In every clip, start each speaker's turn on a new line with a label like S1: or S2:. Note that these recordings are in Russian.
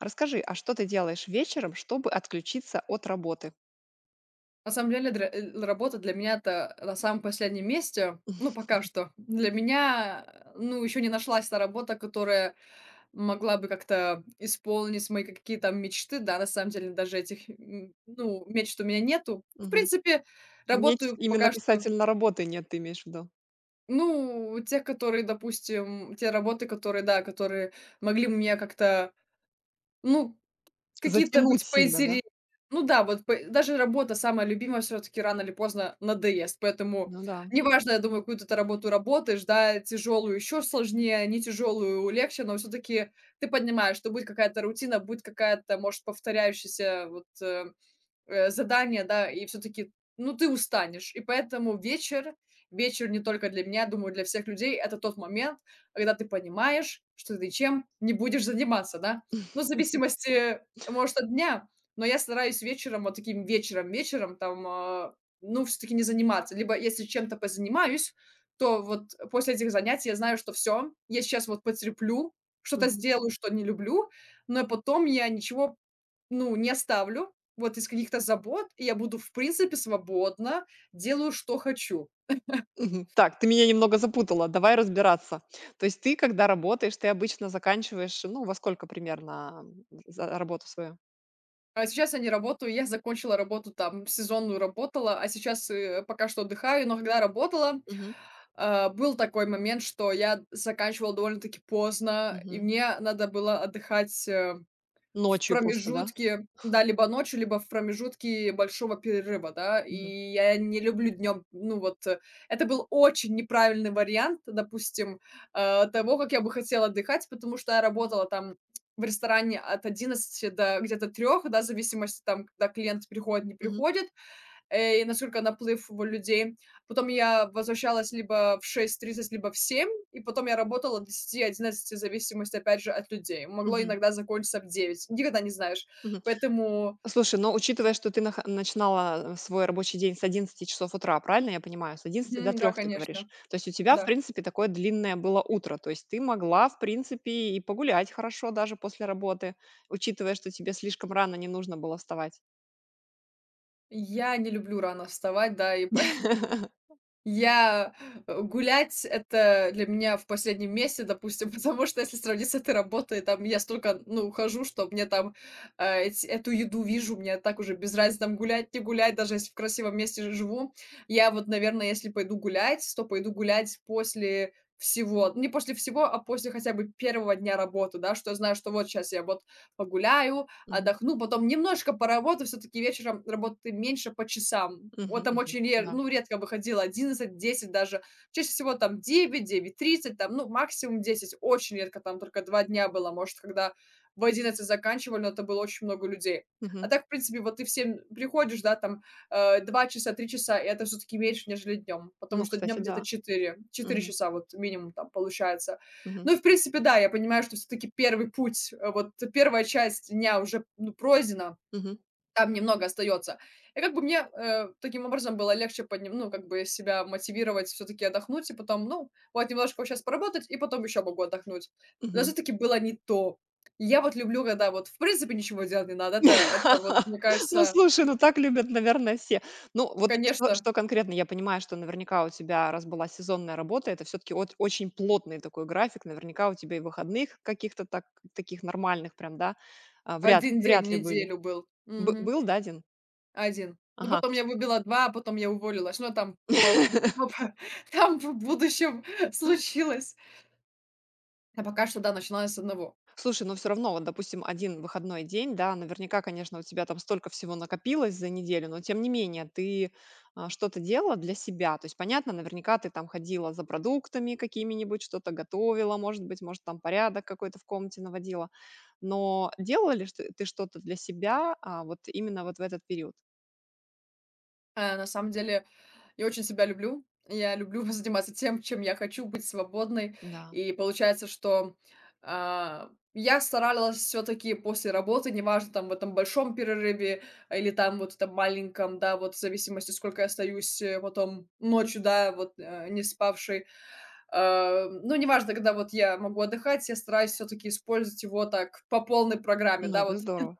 S1: Расскажи, а что ты делаешь вечером, чтобы отключиться от работы?
S2: На самом деле, работа для меня это на самом последнем месте. Ну, пока что. Для меня, ну, еще не нашлась та работа, которая могла бы как-то исполнить мои какие-то там мечты. Да, на самом деле, даже этих, ну, мечт у меня нету. В
S1: Мгм.
S2: принципе,
S1: Нет,
S2: работаю
S1: именно
S2: пока что,
S1: касательно работы нет, ты имеешь в виду?
S2: ну, те, которые, допустим, те работы, которые, да, которые могли бы меня как-то, ну, какие-то
S1: Затянуть
S2: быть
S1: сильно, да?
S2: поинтереснее. Ну да, вот п даже работа самая любимая все таки рано или поздно надоест, поэтому
S1: Ну да.
S2: неважно, я думаю, какую ты работу работаешь, да, тяжелую еще сложнее, не тяжелую легче, но все таки ты понимаешь, что будет какая-то рутина, будет какая-то, может, повторяющаяся задание, да, и все таки ну, ты устанешь. И поэтому вечер, вечер не только для меня, думаю, для всех людей — это тот момент, когда ты понимаешь, что ты чем не будешь заниматься, да. Ну, в зависимости, может, от дня, но я стараюсь вечером, вот таким вечером-вечером там, ну, все таки не заниматься. Либо если чем-то позанимаюсь, то вот после этих занятий я знаю, что все, я сейчас вот потерплю, что-то
S1: Мгм.
S2: сделаю, что не люблю, но потом я ничего, ну, не оставлю. Вот из каких-то забот, и я буду, в принципе, свободна, делаю, что хочу.
S1: Мгм. Так, ты меня немного запутала, давай разбираться. То есть ты, когда работаешь, ты обычно заканчиваешь, ну, во сколько примерно за работу свою?
S2: А сейчас я не работаю, я закончила работу там, сезонную работала, а сейчас, пока что отдыхаю. Но когда работала,
S1: Мгм.
S2: был такой момент, что я заканчивала довольно-таки поздно, и
S1: Мгм.
S2: мне надо было отдыхать, в
S1: Ночью просто, да?
S2: промежутке, да, либо ночью, либо в промежутке большого перерыва, да. И
S1: Мгм.
S2: я не люблю днем, это был очень неправильный вариант, допустим, того, как я бы хотела отдыхать, потому что я работала там в ресторане от 11 до где-то 3, да, в зависимости там, когда клиент приходит, не
S1: Мгм.
S2: приходит. И насколько наплыв был людей. Потом я возвращалась либо в 6:30 либо в 7, и потом я работала до 10-11 в зависимости, опять же, от людей. Могло
S1: Мгм.
S2: иногда закончиться в 9, никогда не знаешь.
S1: Мгм.
S2: Поэтому
S1: Слушай, но учитывая, что ты наха начинала, свой рабочий день с 11 часов утра, правильно я понимаю? С 11 до
S2: мгм, да,
S1: 3 ты говоришь.
S2: конечно,
S1: То есть у тебя, в
S2: да.
S1: принципе, такое длинное было утро. То есть ты могла, в принципе, и погулять хорошо даже после работы, учитывая, что тебе слишком рано не нужно было вставать.
S2: Я не люблю рано вставать, да, и я гулять — это для меня в последнем месте, допустим, потому что если сравнить с этой работой, там я столько, ну, хожу, что мне там эту еду вижу, мне так уже без разницы там гулять, не гулять, даже если в красивом месте живу. Я вот, наверное, если пойду гулять, то пойду гулять после всего, не после всего, а после хотя бы первого дня работы, да, что я знаю, что вот сейчас я вот погуляю,
S1: Мгм.
S2: отдохну, потом немножко поработаю, все таки вечером работаю меньше по часам.
S1: Мгм,
S2: Вот там
S1: мгм.
S2: очень ре
S1: Да.
S2: ну, редко выходила 11, 10 даже, чаще всего там 9, 9:30, там, ну, максимум 10, очень редко, там только 2 дня было, может, когда в 11 заканчивали, но это было очень много людей.
S1: Мгм.
S2: А так, в принципе, вот ты всем приходишь, да, там, 2 часа, 3 часа, и это все таки меньше, нежели днем, потому
S1: Ну,
S2: что
S1: кстати,
S2: днем где-то
S1: да.
S2: четыре, четыре
S1: Мгм.
S2: часа вот минимум там получается.
S1: Мгм.
S2: Ну, в принципе, да, я понимаю, что все-таки первый путь, э, вот первая часть дня уже ну, пройдена,
S1: Мгм.
S2: там немного остается. И как бы мне таким образом было легче ну, как бы себя мотивировать, все-таки отдохнуть, и потом, ну, вот немножко сейчас поработать, и потом еще могу отдохнуть. Но
S1: Мгм.
S2: все-таки было не то. Я вот люблю, когда вот в принципе ничего делать не надо. Это вот, мне
S1: Ну,
S2: кажется,
S1: слушай, ну так любят, наверное, все. Ну, вот что
S2: конечно,
S1: что конкретно? Я понимаю, что наверняка у тебя, раз была сезонная работа, это все таки очень плотный такой график. Наверняка у тебя и выходных каких-то так таких нормальных прям, да, а, вряд
S2: 1 день в
S1: вряд ли были.
S2: неделю был.
S1: Бы
S2: Мгм.
S1: был, да, один.
S2: Один. Ну, потом
S1: Ага.
S2: я выбила 2, а потом я уволилась. Ну, а там по там в будущем случилось. А пока что, да, начинала с одного.
S1: Слушай, но все равно, вот, допустим, один выходной день, да, наверняка, конечно, у тебя там столько всего накопилось за неделю, но тем не менее ты, а, что-то делала для себя. То есть, понятно, наверняка ты там ходила за продуктами какими-нибудь, что-то готовила, может быть, может, там порядок какой-то в комнате наводила. Но делала ли что ты что-то для себя, а, вот именно вот в этот период?
S2: На самом деле, я очень себя люблю. Я люблю заниматься тем, чем я хочу, быть свободной.
S1: Да.
S2: И получается, что, я старалась все таки после работы, неважно, там, в этом большом перерыве или там вот этом маленьком, да, вот в зависимости, сколько я остаюсь, потом ночью, да, не спавшей. Ну, неважно, когда вот я могу отдыхать, я стараюсь все таки использовать его так по полной программе,
S1: Ну,
S2: да,
S1: это
S2: вот
S1: здорово.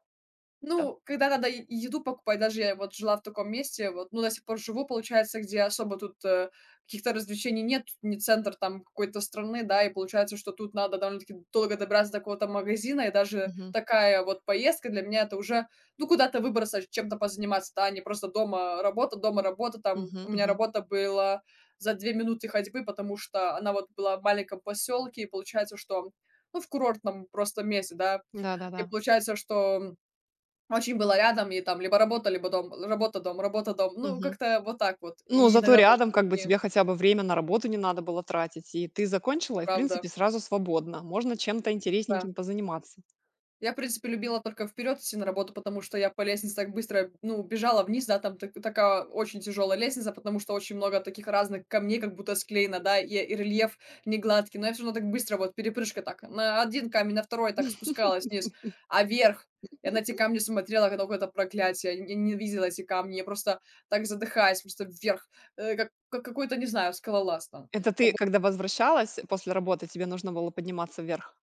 S1: Да.
S2: ну, когда надо е еду покупать, даже я вот жила в таком месте, вот, ну, до сих пор живу, получается, где особо тут каких-то развлечений нет, тут не центр там какой-то страны, да, и получается, что тут надо довольно-таки долго добраться до какого-то магазина, и даже
S1: Мгм.
S2: такая вот поездка для меня — это уже, ну, куда-то выбраться, чем-то позаниматься, да, а не просто дома работа, там.
S1: Мгм.
S2: У меня
S1: Мгм.
S2: работа была за 2 минуты ходьбы, потому что она вот была в маленьком поселке, и получается, что, ну, в курортном просто месте, да, и
S1: Да-да-да.
S2: получается, что очень было рядом, и там либо работа, либо дом, работа-дом, работа-дом. Ну, как-то вот так вот.
S1: Ну,
S2: И
S1: зато
S2: иногда даже
S1: рядом, как бы,
S2: такие,
S1: тебе хотя бы время на работу не надо было тратить, и ты закончила, и, в
S2: правда,
S1: принципе, сразу свободна. Можно чем-то
S2: да.
S1: интересненьким позаниматься.
S2: Я, в принципе, любила только вперед идти на работу, потому что я по лестнице так быстро, ну, бежала вниз, да, там такая очень тяжелая лестница, потому что очень много таких разных камней, как будто склеено, да, и рельеф не гладкий, но я все равно так быстро, вот перепрыжка так, на один камень, на второй так спускалась вниз, а вверх, я на эти камни смотрела, как на какое-то проклятие, я не видела эти камни, я просто так задыхаюсь, просто вверх, как какой-то, не знаю, скалолаз там.
S1: Это ты, когда возвращалась после работы, тебе нужно было подниматься вверх?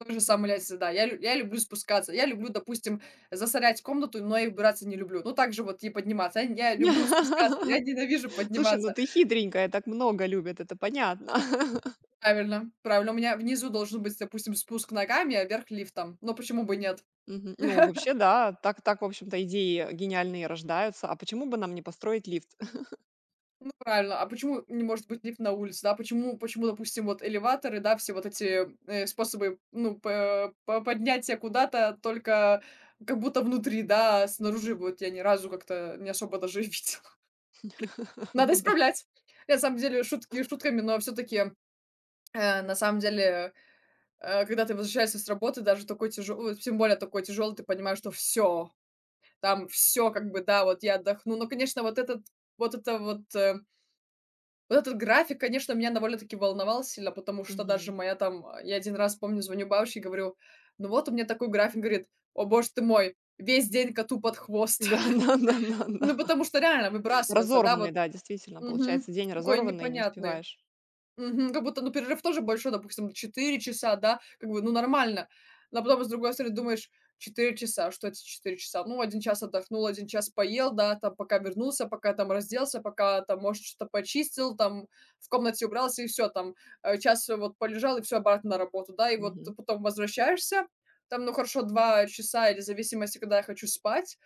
S2: Тоже самоляться, да. Я люблю спускаться. Я люблю, допустим, засорять комнату, но и убираться не люблю. Ну, также вот и подниматься. Я люблю спускаться, я ненавижу
S1: Слушай, ну
S2: подниматься.
S1: ты хитренькая, так много любят, это понятно.
S2: Правильно, правильно. У меня внизу должен быть, допустим, спуск ногами, а вверх лифтом. Но почему бы нет?
S1: Мгм. Ну, вообще, да, так, так, в общем-то, идеи гениальные рождаются. А почему бы нам не построить лифт?
S2: Ну, правильно. А почему не может быть лифт на улице, да? Почему, допустим, вот элеваторы, да, все вот эти, способы, ну, пэ по поднятия куда-то только как будто внутри, да, а снаружи вот я ни разу как-то не особо даже и видела. Надо
S1: Ну да.
S2: исправлять. На самом деле, шутки шутками, но все таки на самом деле, когда ты возвращаешься с работы, даже такой тяжелый, тем более такой тяжелый, ты понимаешь, что все, там все, как бы, да, вот я отдохну. Но, конечно, вот этот вот это вот, э, вот этот график, конечно, меня довольно-таки волновал сильно, потому что даже
S1: Мгм.
S2: я 1 раз, помню, звоню бабушке и говорю: «Ну вот у меня такой график». Говорит: «О боже ты мой, весь день коту под хвост».
S1: Да, да, да, да, да.
S2: Ну, потому что реально выбрасывается, да,
S1: Разорванный,
S2: вот.
S1: да, действительно,
S2: Мгм.
S1: получается, день
S2: Такой
S1: разорванный, не
S2: непонятный.
S1: успеваешь.
S2: Мгм. Как будто, ну, перерыв тоже большой, допустим, 4 часа, да, как бы, ну, нормально. Но потом, с другой стороны, думаешь: 4 часа, что это 4 часа? Ну, один час отдохнул, один час поел, да, там, пока вернулся, пока там разделся, пока там, может, что-то почистил, там, в комнате убрался, и все, там, час вот полежал, и все обратно на работу, да. И вот
S1: Мгм.
S2: потом возвращаешься, там, ну, хорошо, 2 часа или в зависимости, когда я хочу спать,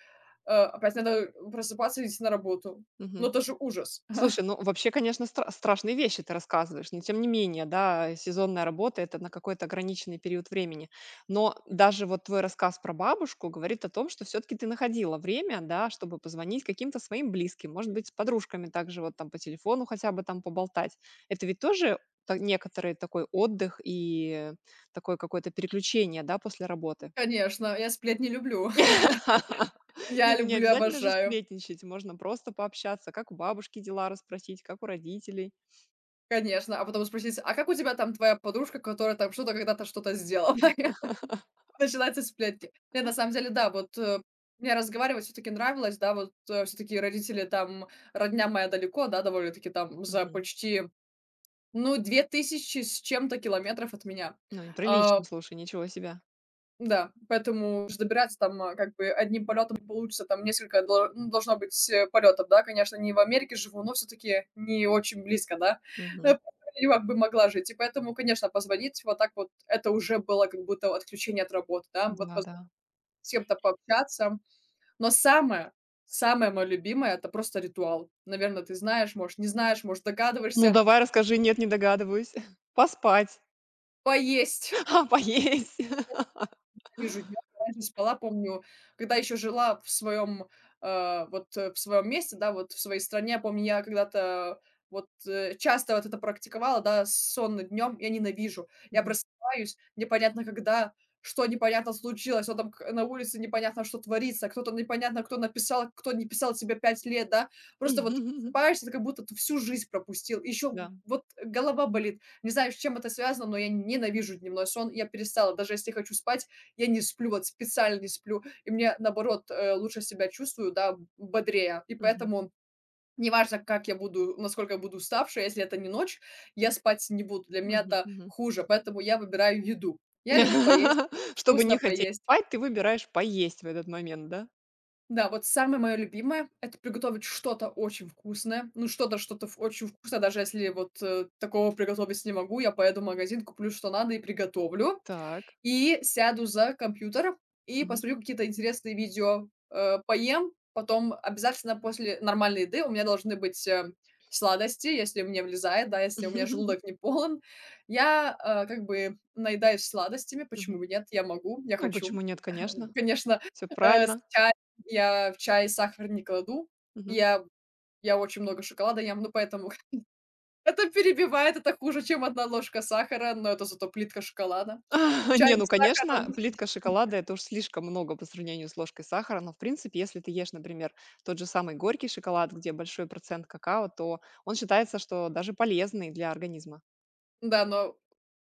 S2: опять надо просыпаться и идти на работу.
S1: Мгм.
S2: Ну, это же ужас.
S1: Слушай, ну вообще, конечно, страшные вещи ты рассказываешь, но тем не менее, да, сезонная работа — это на какой-то ограниченный период времени. Но даже вот твой рассказ про бабушку говорит о том, что все таки ты находила время, да, чтобы позвонить каким-то своим близким, может быть, с подружками также вот там по телефону хотя бы там поболтать. Это ведь тоже та некоторый такой отдых и такое какое-то переключение, да, после работы?
S2: Конечно, я сплетни люблю.
S1: Не,
S2: Я
S1: ну не
S2: люблю и
S1: обязательно же
S2: обожаю,
S1: сплетничать, можно просто пообщаться, как у бабушки дела расспросить, как у родителей.
S2: конечно. А потом спросить: «А как у тебя там твоя подружка, которая там что-то когда-то что-то сделала?» Начинаются сплетни. Нет, на самом деле, да, мне разговаривать все таки нравилось, да, вот, все таки родители там, родня моя далеко, да, довольно-таки там за
S1: Мгм.
S2: почти, ну, 2000 с чем-то километров от меня.
S1: Ну, и
S2: А
S1: прилично, слушай, ничего себе.
S2: Да, поэтому уж добираться там, как бы одним полетом не получится, там несколько доло ну, должно быть, полетов, да. Конечно, не в Америке живу, но все таки не очень близко, да.
S1: Мгм.
S2: Поэтому я как бы могла жить. И поэтому, конечно, позвонить вот так вот — это уже было как будто отключение от работы, да. Вот
S1: Да,
S2: позвонить,
S1: да.
S2: с кем-то пообщаться. Но самое, самое моё любимое — это просто ритуал. Наверное, ты знаешь, может, не знаешь, может,
S1: Ну,
S2: догадываешься —
S1: давай расскажи, нет, не догадываюсь. Поспать,
S2: поесть.
S1: а, поесть.
S2: Ненавижу днём. Я раньше спала, помню, когда еще жила в своем, в своем месте, да, вот в своей стране. Я помню, я когда-то часто вот это практиковала, да, сон днем. Я ненавижу. Я
S1: Мгм.
S2: просыпаюсь непонятно когда, что непонятно случилось, что там к на улице непонятно что творится, кто-то непонятно кто написал, кто не писал тебе 5 лет, да. Просто вот просыпаешься, ты как будто ты всю жизнь пропустил. Еще
S1: Да.
S2: вот голова болит. Не знаю, с чем это связано, но я ненавижу дневной сон. Я перестала, даже если хочу спать, я не сплю, вот специально не сплю, и мне, наоборот, лучше себя чувствую, да, бодрее. И
S1: Мгм.
S2: поэтому неважно, как я буду, насколько я буду уставшая, если это не ночь, я спать не буду. Для меня
S1: Мгм.
S2: это
S1: Мгм.
S2: хуже, поэтому я выбираю еду. Я люблю поесть,
S1: Чтобы не
S2: вкусно
S1: хотеть
S2: поесть.
S1: спать, ты выбираешь поесть в этот момент, да?
S2: Да, вот самое мое любимое — это приготовить что-то очень вкусное. Ну, что-то что-то ф очень вкусное, даже если вот, такого приготовить не могу, я поеду в магазин, куплю, что надо, и приготовлю.
S1: Так.
S2: И сяду за компьютер, и
S1: Мгм.
S2: посмотрю какие-то интересные видео, поем. Потом обязательно после нормальной еды у меня должны быть, сладости, если мне влезает, да, если у меня желудок не полон. Я как бы наедаюсь сладостями,
S1: Мгм.
S2: почему бы нет, я могу, я
S1: Ну,
S2: хочу.
S1: почему нет, конечно.
S2: Конечно,
S1: Все
S2: с
S1: правильно.
S2: чаем я в чай сахар не кладу.
S1: Мгм.
S2: Я я очень много шоколада ем, ну, поэтому это перебивает, это хуже, чем одна ложка сахара, но это зато плитка шоколада. Чай
S1: Не, ну,
S2: без сахара
S1: конечно,
S2: ну,
S1: плитка шоколада — это уж слишком много по сравнению с ложкой сахара, но, в принципе, если ты ешь, например, тот же самый горький шоколад, где большой процент какао, то он считается, что даже полезный для организма.
S2: да, но,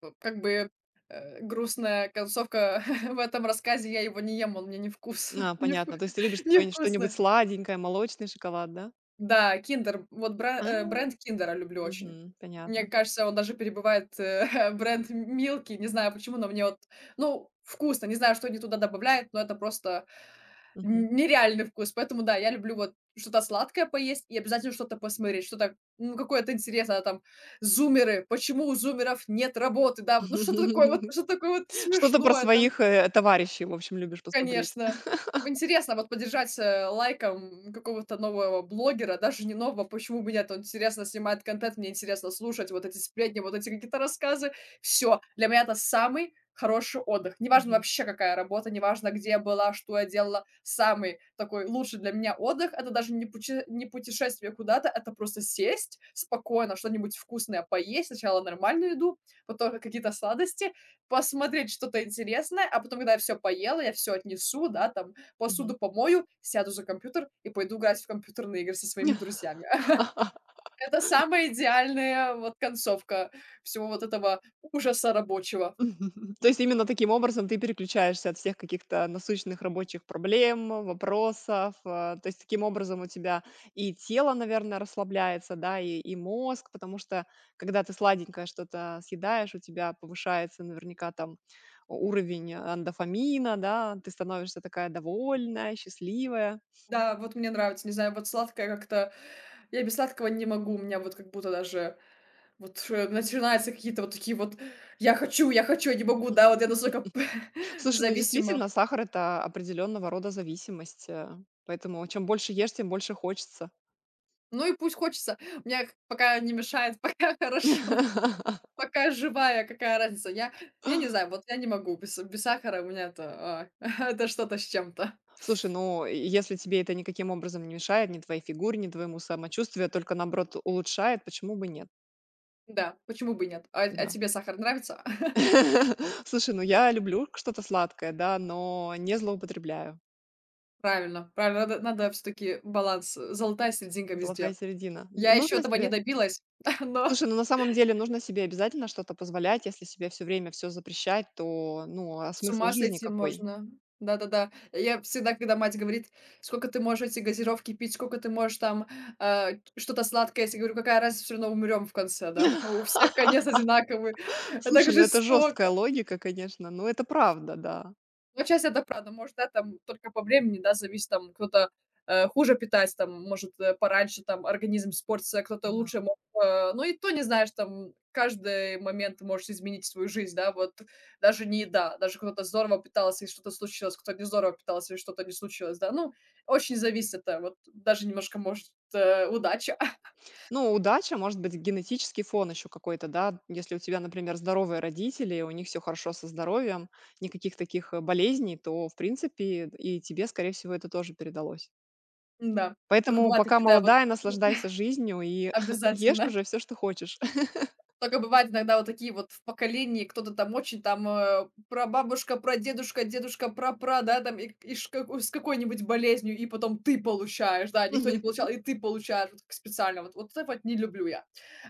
S2: как бы, грустная концовка в этом рассказе: я его не ем, он мне невкус
S1: А,
S2: невку
S1: понятно. То есть ты любишь такое что-нибудь
S2: невкусный.
S1: сладенькое, молочный шоколад, да?
S2: Да, Kinder. Вот
S1: А,
S2: бренд "Киндера" люблю очень.
S1: мгм,
S2: Мне
S1: понятно.
S2: кажется, он даже перебывает бренд "Милки". Не знаю почему, но мне вот, ну, вкусно. Не знаю, что они туда добавляют, но это просто
S1: Мгм.
S2: н нереальный вкус. Поэтому да, я люблю вот что-то сладкое поесть и обязательно что-то посмотреть, что-то, ну, какое-то интересное там. "Зумеры", почему у зумеров нет работы, да, вот, ну, что-то такое вот что такое вот
S1: Что-то про
S2: смешное, там.
S1: своих, товарищей, в общем, любишь посмотреть.
S2: Конечно. В Интересно вот поддержать, лайком какого-то нового блогера, даже не нового, почему бы нет? Он интересно снимает контент, мне интересно слушать вот эти сплетни, вот эти какие-то рассказы. Все для меня это самый хороший отдых. Неважно
S1: Мгм,
S2: вообще, какая работа, неважно, где я была, что я делала. Самый такой лучший для меня отдых- это даже не путешествие куда-то, это просто сесть спокойно, что-нибудь вкусное поесть. Сначала нормальную еду, потом какие-то сладости, посмотреть что-то интересное, а потом, когда я всё поела, я все отнесу, да, там,
S1: мгм.
S2: посуду помою, сяду за компьютер и пойду играть в компьютерные игры со своими друзьями. Это самая идеальная вот концовка всего вот этого ужаса рабочего.
S1: Мгм. То есть именно таким образом ты переключаешься от всех каких-то насущных рабочих проблем, вопросов. То есть таким образом у тебя и тело, наверное, расслабляется, да, и мозг, потому что когда ты сладенькое что-то съедаешь, у тебя повышается наверняка там уровень андофамина, да, ты становишься такая довольная, счастливая.
S2: Да, вот мне нравится, не знаю, вот сладкое как-то я без сладкого не могу, у меня вот как будто даже вот ш начинаются какие-то вот такие вот: "Я хочу, я хочу, я не могу". Да, вот я настолько
S1: Слушай, ну
S2: зависима.
S1: действительно, сахар это определенного рода зависимость, поэтому чем больше ешь, тем больше хочется.
S2: Ну и пусть хочется. Мне пока не мешает, пока хорошо. Пока живая, какая разница? Я не знаю, вот я не могу без сахара, у меня это, это что-то с чем-то.
S1: Слушай, ну, и если тебе это никаким образом не мешает, ни твоей фигуре, ни твоему самочувствию, а только наоборот улучшает, почему бы нет?
S2: Да, почему бы и нет? А
S1: Да.
S2: тебе сахар нравится?
S1: Слушай, ну я люблю что-то сладкое, да, но не злоупотребляю.
S2: Правильно, правильно, надо все таки баланс, золотая серединка
S1: Золотая
S2: везде.
S1: середина.
S2: Я еще
S1: Нужно
S2: этого не
S1: себе?
S2: добилась, но
S1: Слушай, ну на самом деле нужно себе обязательно что-то позволять. Если себе все время все запрещать, то, ну, а
S2: с
S1: смысл
S2: ума
S1: жизни
S2: сойти
S1: какой?
S2: можно. Да-да-да. Я всегда, когда мать говорит: "Сколько ты можешь эти газировки пить, сколько ты можешь там, а, что-то сладкое". Я всегда говорю: "Какая разница, все равно умрем в конце, да, у всех конец одинаковый". Так
S1: Слушай, ну это жесткая
S2: жестоко.
S1: логика, конечно, но это правда, да.
S2: Ну, часть это правда. Может, да, там только по времени, да, зависит, там кто-то, хуже питается, там, может, пораньше там организм испортится, кто-то лучше мог, ну, и то не знаешь, там каждый момент ты можешь изменить свою жизнь, да, вот даже не еда, даже кто-то здорово питался и что-то случилось, кто-то не здорово питался и что-то не случилось, да, ну, очень зависит это, вот даже немножко, может, удача,
S1: Ну, удача, может быть, генетический фон еще какой-то, да. Если у тебя, например, здоровые родители, у них все хорошо со здоровьем, никаких таких болезней, то, в принципе, и тебе, скорее всего, это тоже передалось.
S2: да. Только
S1: Поэтому
S2: бывают
S1: пока
S2: такие, да, вот,
S1: молодая, наслаждайся жизнью и ешь
S2: обязательно.
S1: уже все, что хочешь.
S2: Только бывает иногда вот такие вот в поколении, кто-то там очень там, прабабушка, прадедушка, дедушка, прапра, да, там и ш как с какой-нибудь болезнью, и потом ты получаешь, да, никто не
S1: Мгм.
S2: получал, и ты получаешь вот как специально. Вот это вот не люблю я.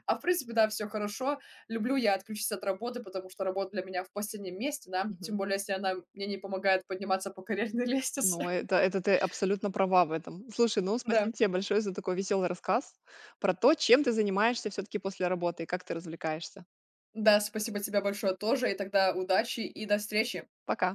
S2: А в принципе, да, все хорошо. Люблю я отключиться от работы, потому что работа для меня в последнем месте, да, тем
S1: Мгм.
S2: более, если она мне не помогает подниматься по карьерной
S1: Ну,
S2: лестнице.
S1: это ты абсолютно права в этом. Слушай, ну,
S2: Да.
S1: спасибо тебе большое за такой веселый рассказ про то, чем ты занимаешься все-таки после работы и как ты развлекаешься.
S2: Да, спасибо тебе большое тоже, и тогда удачи и до встречи.
S1: Пока.